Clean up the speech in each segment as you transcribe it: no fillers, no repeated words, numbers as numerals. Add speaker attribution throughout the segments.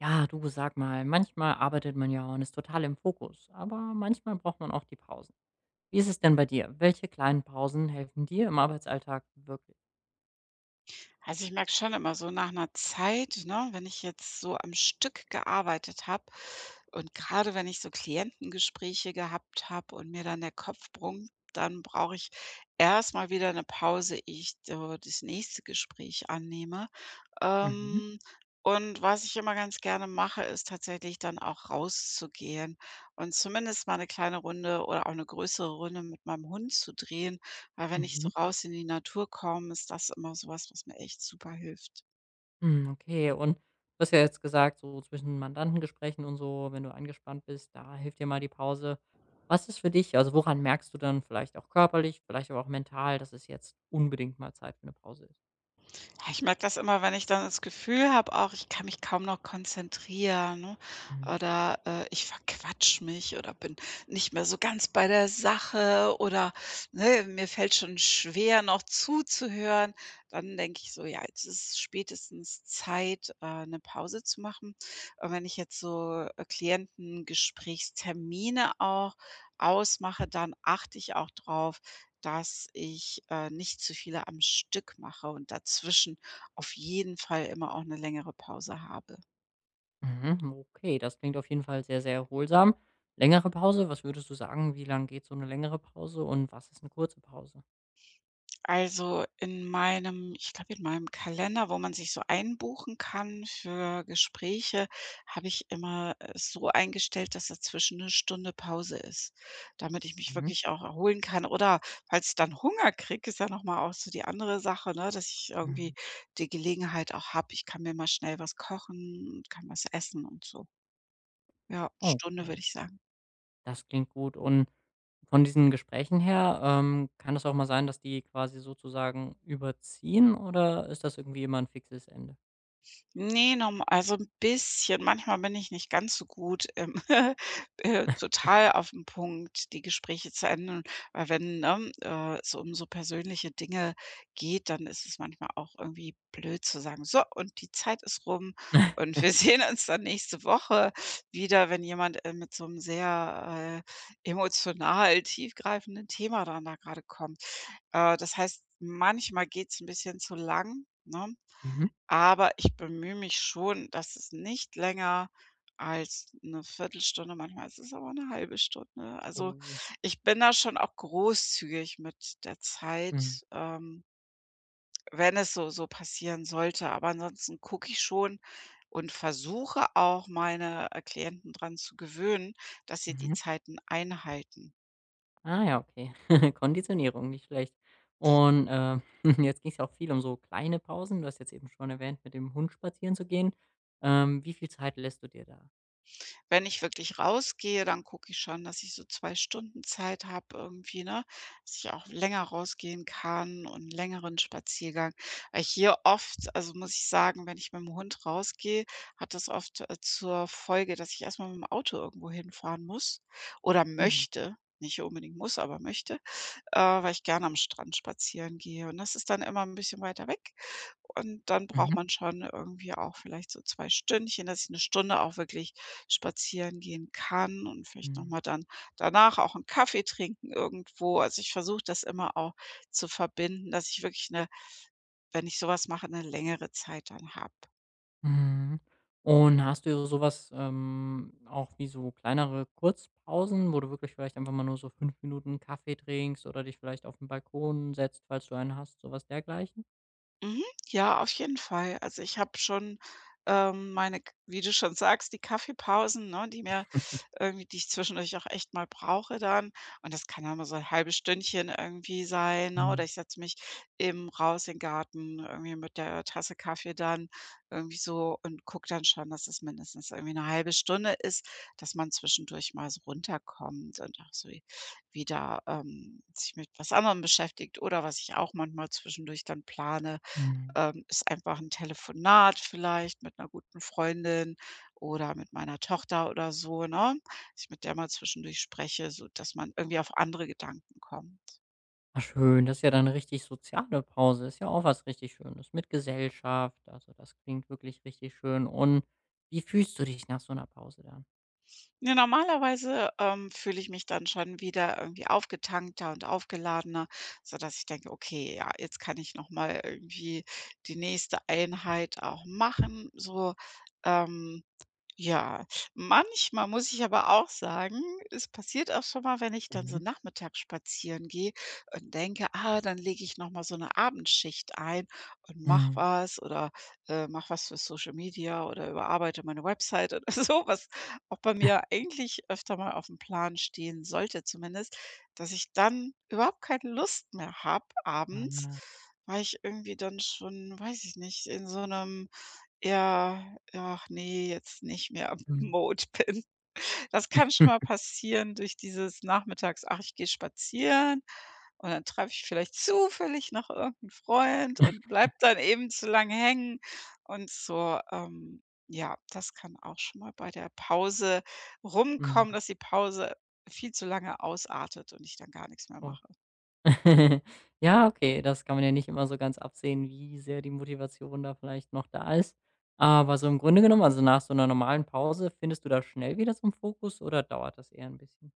Speaker 1: Ja, du sag mal, manchmal arbeitet man ja und ist total im Fokus, aber manchmal braucht man auch die Pausen. Wie ist es denn bei dir? Welche kleinen Pausen helfen dir im Arbeitsalltag wirklich?
Speaker 2: Also, ich merke schon immer so nach einer Zeit, ne, wenn ich jetzt so am Stück gearbeitet habe und gerade wenn ich so Klientengespräche gehabt habe und mir dann der Kopf brummt, dann brauche ich erstmal wieder eine Pause, ehe ich so das nächste Gespräch annehme.
Speaker 1: Mhm,
Speaker 2: Ähm, und was ich immer ganz gerne mache, ist tatsächlich dann auch rauszugehen und zumindest mal eine kleine Runde oder auch eine größere Runde mit meinem Hund zu drehen. Weil wenn ich so
Speaker 1: mhm.
Speaker 2: raus in die Natur komme, ist das immer sowas, was mir echt super hilft.
Speaker 1: Hm, okay. Und du hast ja jetzt gesagt, so zwischen Mandantengesprächen und so, wenn du angespannt bist, da hilft dir mal die Pause. Was ist für dich, also woran merkst du dann vielleicht auch körperlich, vielleicht aber auch mental, dass es jetzt unbedingt mal Zeit für eine Pause
Speaker 2: Ja, ich merke das immer, wenn ich dann das Gefühl habe auch, ich kann mich kaum noch konzentrieren, ne?
Speaker 1: ist?
Speaker 2: Oder, ich verquatsch mich oder bin nicht mehr so ganz bei der Sache oder, ne, mir fällt schon schwer, noch zuzuhören. Dann denke ich so: „Ja, jetzt ist spätestens Zeit, 'ne Pause zu machen." Und wenn ich jetzt so, Klientengesprächstermine auch ausmache, dann achte ich auch drauf, dass ich, nicht zu viele am Stück mache und dazwischen auf jeden Fall immer auch eine längere Pause habe.
Speaker 1: Mhm, okay, das klingt auf jeden Fall sehr, sehr erholsam. Längere Pause, was würdest du sagen, wie lang geht so eine längere Pause und was ist eine kurze Pause?
Speaker 2: Also, in meinem ich glaube, in meinem Kalender, wo man sich so einbuchen kann für Gespräche, habe ich immer es so eingestellt, dass dazwischen 1 Stunde Pause ist, damit ich mich
Speaker 1: Mhm.
Speaker 2: wirklich auch erholen kann. Oder falls ich dann Hunger kriege, ist ja noch mal auch so die andere Sache, ne, dass ich irgendwie
Speaker 1: Mhm.
Speaker 2: die Gelegenheit auch habe, ich kann mir mal schnell was kochen und kann was essen und so. Ja, Stunde würde
Speaker 1: Okay,
Speaker 2: ich sagen.
Speaker 1: das klingt gut. Und von diesen Gesprächen her, kann das auch mal sein, dass die quasi sozusagen überziehen oder ist das irgendwie immer ein fixes Ende?
Speaker 2: Ne, norm also 'n bisschen. Manchmal bin ich nicht ganz so gut im total auf 'n Punkt die Gespräche zu enden, weil wenn, ne, es um so persönliche Dinge geht, dann ist es manchmal auch irgendwie blöd zu sagen: „So, und die Zeit ist rum und wir sehen uns dann nächste Woche wieder", wenn jemand, mit so 'nem sehr, emotional tiefgreifenden Thema dann da grade kommt. Das heißt, manchmal geht's 'n bisschen zu lang, ne?
Speaker 1: Mhm.
Speaker 2: Aber ich bemühe mich schon, dass es nicht länger als 'ne Viertelstunde manchmal ist es aber 'ne halbe Stunde. Also,
Speaker 1: Oh,
Speaker 2: ich bin da schon auch großzügig mit der
Speaker 1: mhm,
Speaker 2: Zeit, wenn es so passieren sollte. Aber ansonsten gucke ich schon und versuche auch meine, Klienten dran zu gewöhnen, dass sie die
Speaker 1: mhm.
Speaker 2: Zeiten einhalten.
Speaker 1: Ah ja, okay. Konditionierung, nicht schlecht. Und, jetzt ging's ja auch viel um so kleine Pausen. Du hast jetzt eben schon erwähnt, mit dem Hund spazieren zu gehen. Wie viel Zeit lässt du dir da?
Speaker 2: Wenn ich wirklich rausgehe, dann gucke ich schon, dass ich so 2 Stunden Zeit habe irgendwie, ne, dass ich auch länger rausgehen kann und 'n längeren Spaziergang. Weil hier oft also, muss ich sagen, wenn ich mit'm Hund rausgehe, hat das oft, zur Folge, dass ich erst mal mit'm Auto irgendwo hinfahren muss oder
Speaker 1: Mhm.
Speaker 2: möchte, nicht unbedingt muss, aber möchte weil ich gerne am Strand spazieren gehe. Und das ist dann immer ein bisschen weiter weg. Und dann braucht
Speaker 1: Mhm.
Speaker 2: man schon irgendwie auch vielleicht so 2 Stündchen, dass ich 1 Stunde auch wirklich spazieren gehen kann und vielleicht noch
Speaker 1: Mhm.
Speaker 2: mal dann danach auch einen Kaffee trinken irgendwo. Also, ich versuche das immer auch zu verbinden, dass ich wirklich eine, wenn ich sowas mache, eine längere Zeit dann habe.
Speaker 1: Mhm. Und hast du sowas auch wie so kleinere Kurzpausen, wo du wirklich vielleicht einfach mal nur so 5 Minuten Kaffee trinkst oder dich vielleicht auf 'n Balkon setzt, falls du einen hast, sowas dergleichen?
Speaker 2: Mhm. Ja, auf jeden Fall. Also, ich habe schon, meine K wie du schon sagst, die Kaffeepausen, ne, die mir irgendwie die ich zwischendurch auch echt mal brauche dann. Und das kann dann mal so 'n halbes Stündchen irgendwie sein, ne? Oder
Speaker 1: Mhm.
Speaker 2: ich setze mich eben raus in 'n Garten, irgendwie mit der Tasse Kaffee dann irgendwie so und gucke dann schon, dass es mindestens irgendwie eine halbe Stunde ist, dass man zwischendurch mal so runterkommt und auch so wieder, sich mit was anderem beschäftigt oder was ich auch manchmal zwischendurch dann plane
Speaker 1: Mhm.
Speaker 2: ist einfach 'n Telefonat vielleicht mit 'ner guten Freundin oder mit meiner Tochter oder so, ne? Dass ich mit der mal zwischendurch spreche, sodass man irgendwie auf andere Gedanken kommt.
Speaker 1: Ah, schön, das ist ja dann eine richtig soziale Pause. Ist ja auch was richtig Schönes mit Gesellschaft. Also, das klingt wirklich richtig schön. Und wie fühlst du dich nach so einer Pause dann?
Speaker 2: Ja, normalerweise, fühle ich mich dann schon wieder irgendwie aufgetankter und aufgeladener, sodass ich denke: „Okay, ja, jetzt kann ich noch mal irgendwie die nächste Einheit auch machen", so, ähm ja, manchmal muss ich aber auch sagen, es passiert auch schon mal, wenn ich dann
Speaker 1: Mhm.
Speaker 2: so nachmittags spazieren gehe und denke: „Ah, dann lege ich noch mal so eine Abendschicht ein und mach
Speaker 1: Mhm.
Speaker 2: was oder, mache was für Social Media oder überarbeite meine Website" oder so, was auch bei mir eigentlich öfter mal auf dem Plan stehen sollte zumindest, dass ich dann überhaupt keine Lust mehr habe abends,
Speaker 1: Ah,
Speaker 2: weil ich irgendwie dann schon, weiß ich nicht, in so einem ja, ach nee, jetzt nicht mehr im
Speaker 1: mhm.
Speaker 2: Mode bin. Das kann schon mal passieren durch dieses nachmittags: „Ach, ich gehe spazieren" und dann treffe ich vielleicht zufällig noch irgendeinen Freund und bleibe dann eben zu lange hängen und so. Ja, das kann auch schon mal bei der Pause rumkommen,
Speaker 1: Mhm.
Speaker 2: dass die Pause viel zu lange ausartet und ich dann gar nichts mehr
Speaker 1: Oh.
Speaker 2: mache.
Speaker 1: Ja, okay, das kann man ja nicht immer so ganz absehen, wie sehr die Motivation da vielleicht noch da ist. Aber so im Grunde genommen, also, nach so einer normalen Pause, findest du da schnell wieder zum Fokus oder dauert das eher ein bisschen?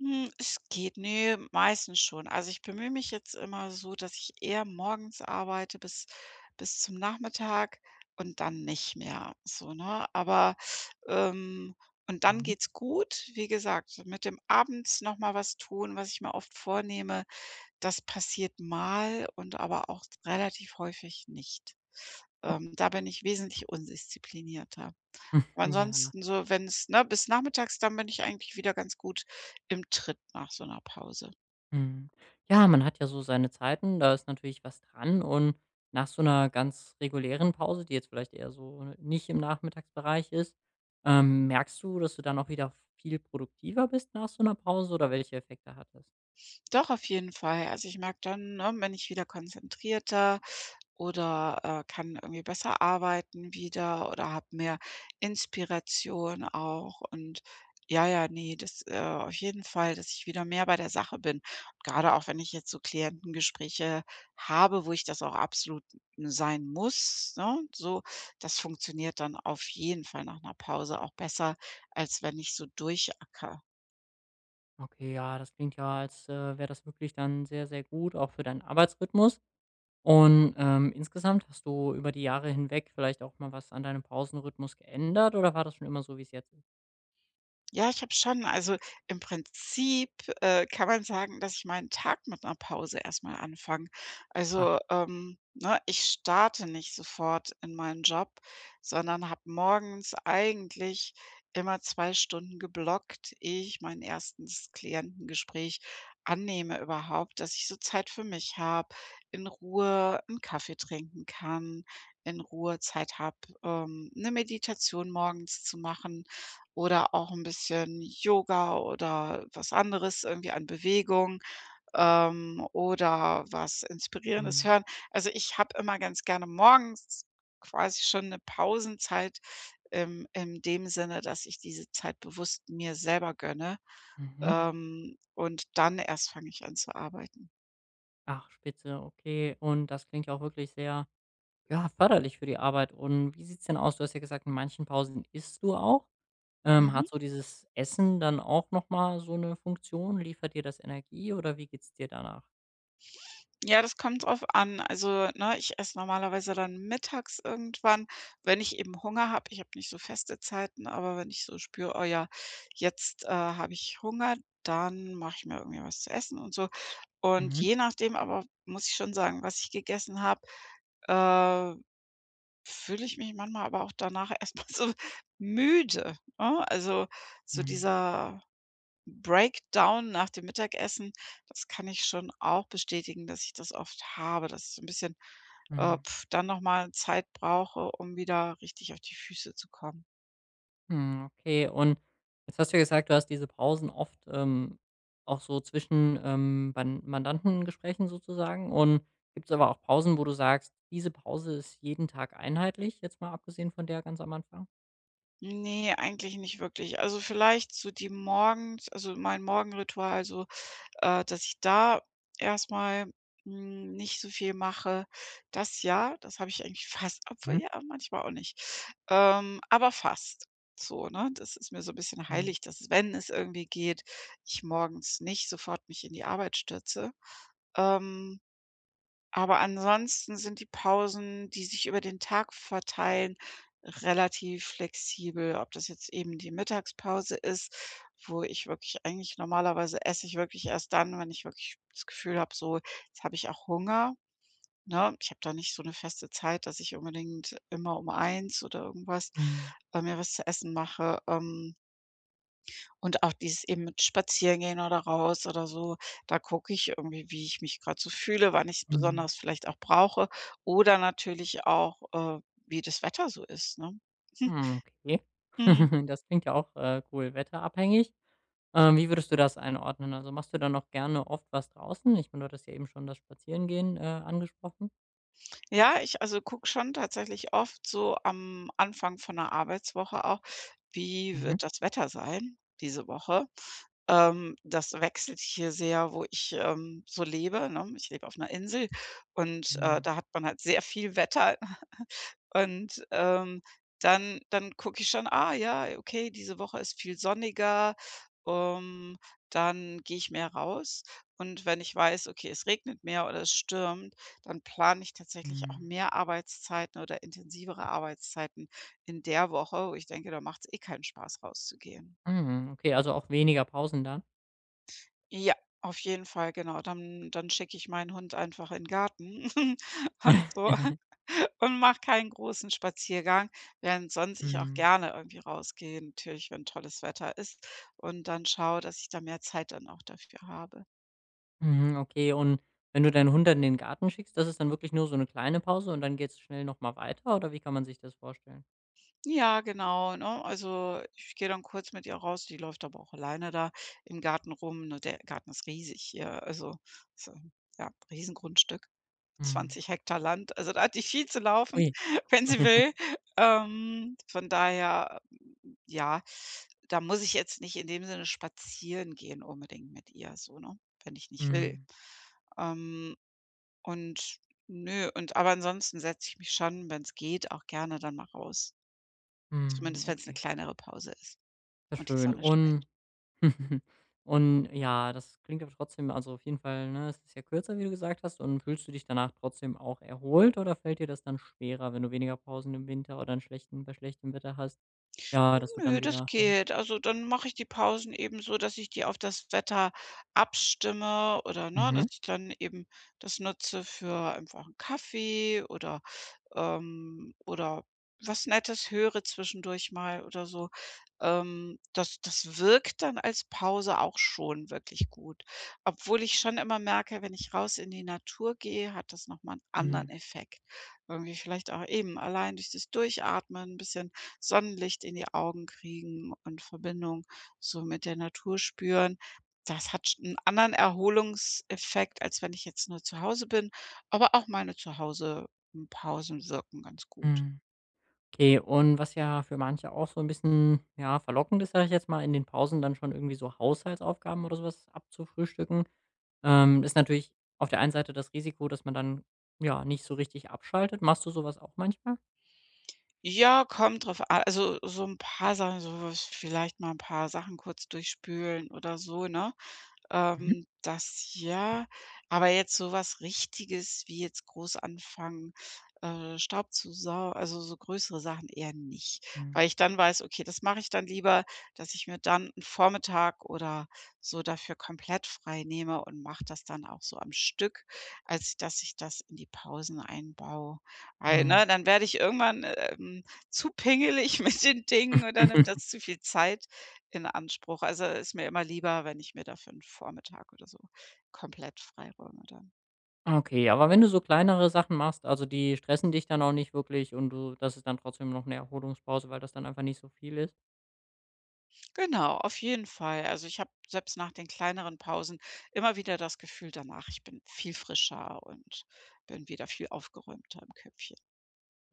Speaker 2: Es geht, ne, meistens schon. Also, ich bemühe mich jetzt immer so, dass ich eher morgens arbeite bis zum Nachmittag und dann nicht mehr so, ne? Aber, ähm und dann
Speaker 1: Mhm.
Speaker 2: geht's gut. Wie gesagt, mit dem abends noch mal was tun, was ich mir oft vornehme, das passiert mal und aber auch relativ häufig nicht. Da bin ich wesentlich undisziplinierter. Aber
Speaker 1: Ja.
Speaker 2: ansonsten so, wenn's ne, bis nachmittags, dann bin ich eigentlich wieder ganz gut im Tritt nach so 'ner Pause.
Speaker 1: Mhm. Ja, man hat ja so seine Zeiten, da ist natürlich was dran und nach so einer ganz regulären Pause, die jetzt vielleicht eher so nicht im Nachmittagsbereich ist, merkst du, dass du dann auch wieder viel produktiver bist nach so einer Pause oder welche Effekte hat das?
Speaker 2: Doch, auf jeden Fall. Also, ich merke dann, ne, bin ich wieder konzentrierter, oder, kann irgendwie besser arbeiten wieder oder habe mehr Inspiration auch und ja, ja, nee das, auf jeden Fall, dass ich wieder mehr bei der Sache bin. Gerade auch wenn ich jetzt so Klientengespräche habe, wo ich das auch absolut sein muss, ne, so, das funktioniert dann auf jeden Fall nach einer Pause auch besser, als wenn ich so durchacker.
Speaker 1: Okay, ja, das klingt ja, als, wäre das wirklich dann sehr, sehr gut, auch für deinen Arbeitsrhythmus. Und, insgesamt hast du über die Jahre hinweg vielleicht auch mal was an deinem Pausenrhythmus geändert oder war das schon immer so, wie es jetzt ist?
Speaker 2: Ja, ich habe schon, also, im Prinzip, kann man sagen, dass ich meinen Tag mit einer Pause erstmal anfange.
Speaker 1: Ach,
Speaker 2: Also, ne, ich starte nicht sofort in meinen Job, sondern habe morgens eigentlich immer 2 Stunden geblockt, ehe ich mein 1. Klientengespräch annehme überhaupt, dass ich so Zeit für mich habe, in Ruhe einen Kaffee trinken kann, in Ruhe Zeit habe, 'ne Meditation morgens zu machen oder auch ein bisschen Yoga oder was anderes irgendwie an Bewegung, oder was Inspirierendes
Speaker 1: mhm.
Speaker 2: hören. Also, ich habe immer ganz gerne morgens quasi schon eine Pausenzeit, in dem Sinne, dass ich diese Zeit bewusst mir selber gönne,
Speaker 1: Mhm.
Speaker 2: und dann erst fange ich an zu arbeiten.
Speaker 1: Ach, spitze, okay. Und das klingt ja auch wirklich sehr, ja, förderlich für die Arbeit. Und wie sieht's denn aus? Du hast ja gesagt, in manchen Pausen isst du auch.
Speaker 2: Mhm.
Speaker 1: Hat so dieses Essen dann auch noch mal so eine Funktion? Liefert dir das Energie oder wie geht's dir danach?
Speaker 2: Ja, das kommt drauf an. Also, ne, ich esse normalerweise dann mittags irgendwann, wenn ich eben Hunger habe. Ich habe nicht so feste Zeiten, aber wenn ich so spüre: „Oh ja, jetzt, habe ich Hunger", dann mache ich mir irgendwie was zu essen und so. Und
Speaker 1: Mhm.
Speaker 2: je nachdem aber muss ich schon sagen, was ich gegessen habe, äh, fühle ich mich manchmal aber auch danach erstmal so müde, ne? Also, so
Speaker 1: Mhm.
Speaker 2: dieser Breakdown nach dem Mittagessen, das kann ich schon auch bestätigen, dass ich das oft habe, dass ich so 'n bisschen,
Speaker 1: Mhm.
Speaker 2: dann noch mal Zeit brauche, um wieder richtig auf die Füße zu kommen.
Speaker 1: Hm, okay. Und jetzt hast du ja gesagt, du hast diese Pausen oft, auch so zwischen, Ban Mandantengesprächen sozusagen. Und gibt's aber auch Pausen, wo du sagst: „Diese Pause ist jeden Tag einheitlich“, jetzt mal abgesehen von der ganz am Anfang?
Speaker 2: Ne, eigentlich nicht wirklich. Also, vielleicht so die morgens also, mein Morgenritual, so dass ich da erstmal nicht so viel mache. Das ja, das habe ich eigentlich fast obwohl ja, manchmal auch nicht. Aber fast so, ne? Das ist mir so ein bisschen
Speaker 1: Mhm,
Speaker 2: heilig, dass, wenn es irgendwie geht, ich morgens nicht sofort mich in die Arbeit stürze. Ähm aber ansonsten sind die Pausen, die sich über den Tag verteilen, relativ flexibel. Ob das jetzt eben die Mittagspause ist, wo ich wirklich eigentlich normalerweise esse ich wirklich erst dann, wenn ich wirklich das Gefühl habe, so, jetzt habe ich auch Hunger, ne? Ich habe da nicht so eine feste Zeit, dass ich unbedingt immer um eins oder irgendwas,
Speaker 1: mhm,
Speaker 2: mir was zu essen mache. Und auch dieses eben mit Spazierengehen oder raus oder so, da gucke ich irgendwie, wie ich mich gerade so fühle, wann ich es
Speaker 1: mhm.
Speaker 2: besonders vielleicht auch brauche oder natürlich auch, wie das Wetter so ist, ne? Hm,
Speaker 1: Hm, okay.
Speaker 2: mhm.
Speaker 1: Das klingt ja auch, cool, wetterabhängig. Wie würdest du das einordnen? Also, machst du dann auch gerne oft was draußen? Ich meine, du hattest ja eben schon das Spazierengehen, angesprochen.
Speaker 2: Ja, ich also gucke schon tatsächlich oft so am Anfang von 'ner Arbeitswoche auch, wie
Speaker 1: Mhm.
Speaker 2: wird das Wetter sein diese Woche? Das wechselt hier sehr, wo ich, so lebe, ne? Ich lebe auf 'ner Insel und,
Speaker 1: Mhm,
Speaker 2: da hat man halt sehr viel Wetter. Und, dann gucke ich schon: „Ah ja, okay, diese Woche ist viel sonniger, ähm, dann gehe ich mehr raus." Und wenn ich weiß, okay, es regnet mehr oder es stürmt, dann plane ich tatsächlich auch
Speaker 1: mhm.
Speaker 2: mehr Arbeitszeiten oder intensivere Arbeitszeiten in der Woche, wo ich denke, da macht es eh keinen Spaß, rauszugehen.
Speaker 1: Mhm, okay, also auch weniger Pausen dann?
Speaker 2: Ja, auf jeden Fall, genau. Dann schicke ich meinen Hund einfach in 'n Garten und so, und mache keinen großen Spaziergang, während sonst ich auch
Speaker 1: Mhm,
Speaker 2: gerne irgendwie rausgehe, natürlich, wenn tolles Wetter ist und dann schaue, dass ich da mehr Zeit dann auch dafür habe.
Speaker 1: mhm, okay. Und wenn du deinen Hund dann in den Garten schickst, das ist dann wirklich nur so eine kleine Pause und dann geht's schnell noch mal weiter oder wie kann man sich das vorstellen?
Speaker 2: Ja, genau, ne? Also, ich gehe dann kurz mit ihr raus, die läuft aber auch alleine da im Garten rum, ne? Der Garten ist riesig hier, also, so, ja, Riesengrundstück.
Speaker 1: Mhm.
Speaker 2: 20 Hektar Land. Also, da hat die viel zu laufen
Speaker 1: Ui.
Speaker 2: wenn sie will. Von daher, hm, ja, da muss ich jetzt nicht in dem Sinne spazieren gehen unbedingt mit ihr so, ne, wenn ich nicht will.
Speaker 1: Mhm,
Speaker 2: Ähm, und nö, und aber ansonsten setze ich mich schon, wenn es geht, auch gerne dann mal raus.
Speaker 1: mhm,
Speaker 2: Zumindest wenn es eine
Speaker 1: okay.
Speaker 2: kleinere Pause ist
Speaker 1: Sehr
Speaker 2: und die
Speaker 1: schön.
Speaker 2: Sonne scheint.
Speaker 1: Und und ja, das klingt aber trotzdem also, auf jeden Fall, ne, es ist ja kürzer, wie du gesagt hast. Und fühlst du dich danach trotzdem auch erholt oder fällt dir das dann schwerer, wenn du weniger Pausen im Winter oder 'n schlechten bei schlechtem Wetter hast, ja, dass du
Speaker 2: Nö,
Speaker 1: dann
Speaker 2: das
Speaker 1: wieder
Speaker 2: geht. Also, dann mache ich die Pausen eben so, dass ich die auf das Wetter abstimme oder, ne, dass
Speaker 1: mhm,
Speaker 2: ich dann eben das nutze für einfach 'n Kaffee oder was Nettes höre zwischendurch mal oder so. Das wirkt dann als Pause auch schon wirklich gut. Obwohl ich schon immer merke, wenn ich raus in die Natur gehe, hat das noch mal 'n anderen
Speaker 1: mhm,
Speaker 2: Effekt. Irgendwie vielleicht auch eben allein durch das Durchatmen 'n bisschen Sonnenlicht in die Augen kriegen und Verbindung so mit der Natur spüren. Das hat sch 'n anderen Erholungseffekt, als wenn ich jetzt nur zu Hause bin, aber auch meine zu Hause Pausen wirken ganz gut.
Speaker 1: mhm. Okay, und was ja für manche auch so ein bisschen, ja, verlockend ist, sage ich jetzt mal, in den Pausen dann schon irgendwie so Haushaltsaufgaben oder sowas abzufrühstücken, ist natürlich auf der einen Seite das Risiko, dass man dann, ja, nicht so richtig abschaltet. Machst du sowas auch manchmal?
Speaker 2: Ja, kommt drauf an. Also, so ein paar Sachen, so was vielleicht mal ein paar Sachen kurz durchspülen oder so, ne?
Speaker 1: Mhm,
Speaker 2: Das ja, aber jetzt so was Richtiges wie jetzt groß anfangen, Staub zu sau also so größere Sachen eher nicht,
Speaker 1: mhm.
Speaker 2: weil ich dann weiß: „Okay, das mache ich dann lieber, dass ich mir dann 'n Vormittag oder so dafür komplett frei nehme und mache das dann auch so am Stück, als dass ich das in die Pausen einbaue." Weil,
Speaker 1: Mhm.
Speaker 2: ne, dann werde ich irgendwann, zu pingelig mit den Dingen und dann nimmt das zu viel Zeit in Anspruch. Also, ist mir immer lieber, wenn ich mir dafür 'n Vormittag oder so komplett freiräume dann.
Speaker 1: Okay, aber wenn du so kleinere Sachen machst, also die stressen dich dann auch nicht wirklich und du das ist dann trotzdem noch eine Erholungspause, weil das dann einfach nicht so viel ist.
Speaker 2: Genau, auf jeden Fall. Also, ich habe selbst nach den kleineren Pausen immer wieder das Gefühl danach, ich bin viel frischer und bin wieder viel aufgeräumter im Köpfchen.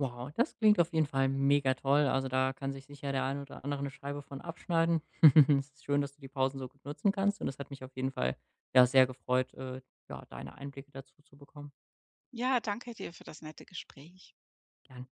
Speaker 1: Wow, das klingt auf jeden Fall mega toll. Also, da kann sich sicher der ein oder andere eine Scheibe von abschneiden. Es ist schön, dass du die Pausen so gut nutzen kannst und es hat mich auf jeden Fall, ja, sehr gefreut, ja, deine Einblicke dazu zu bekommen.
Speaker 2: Ja, danke dir für das nette Gespräch.
Speaker 1: Gerne.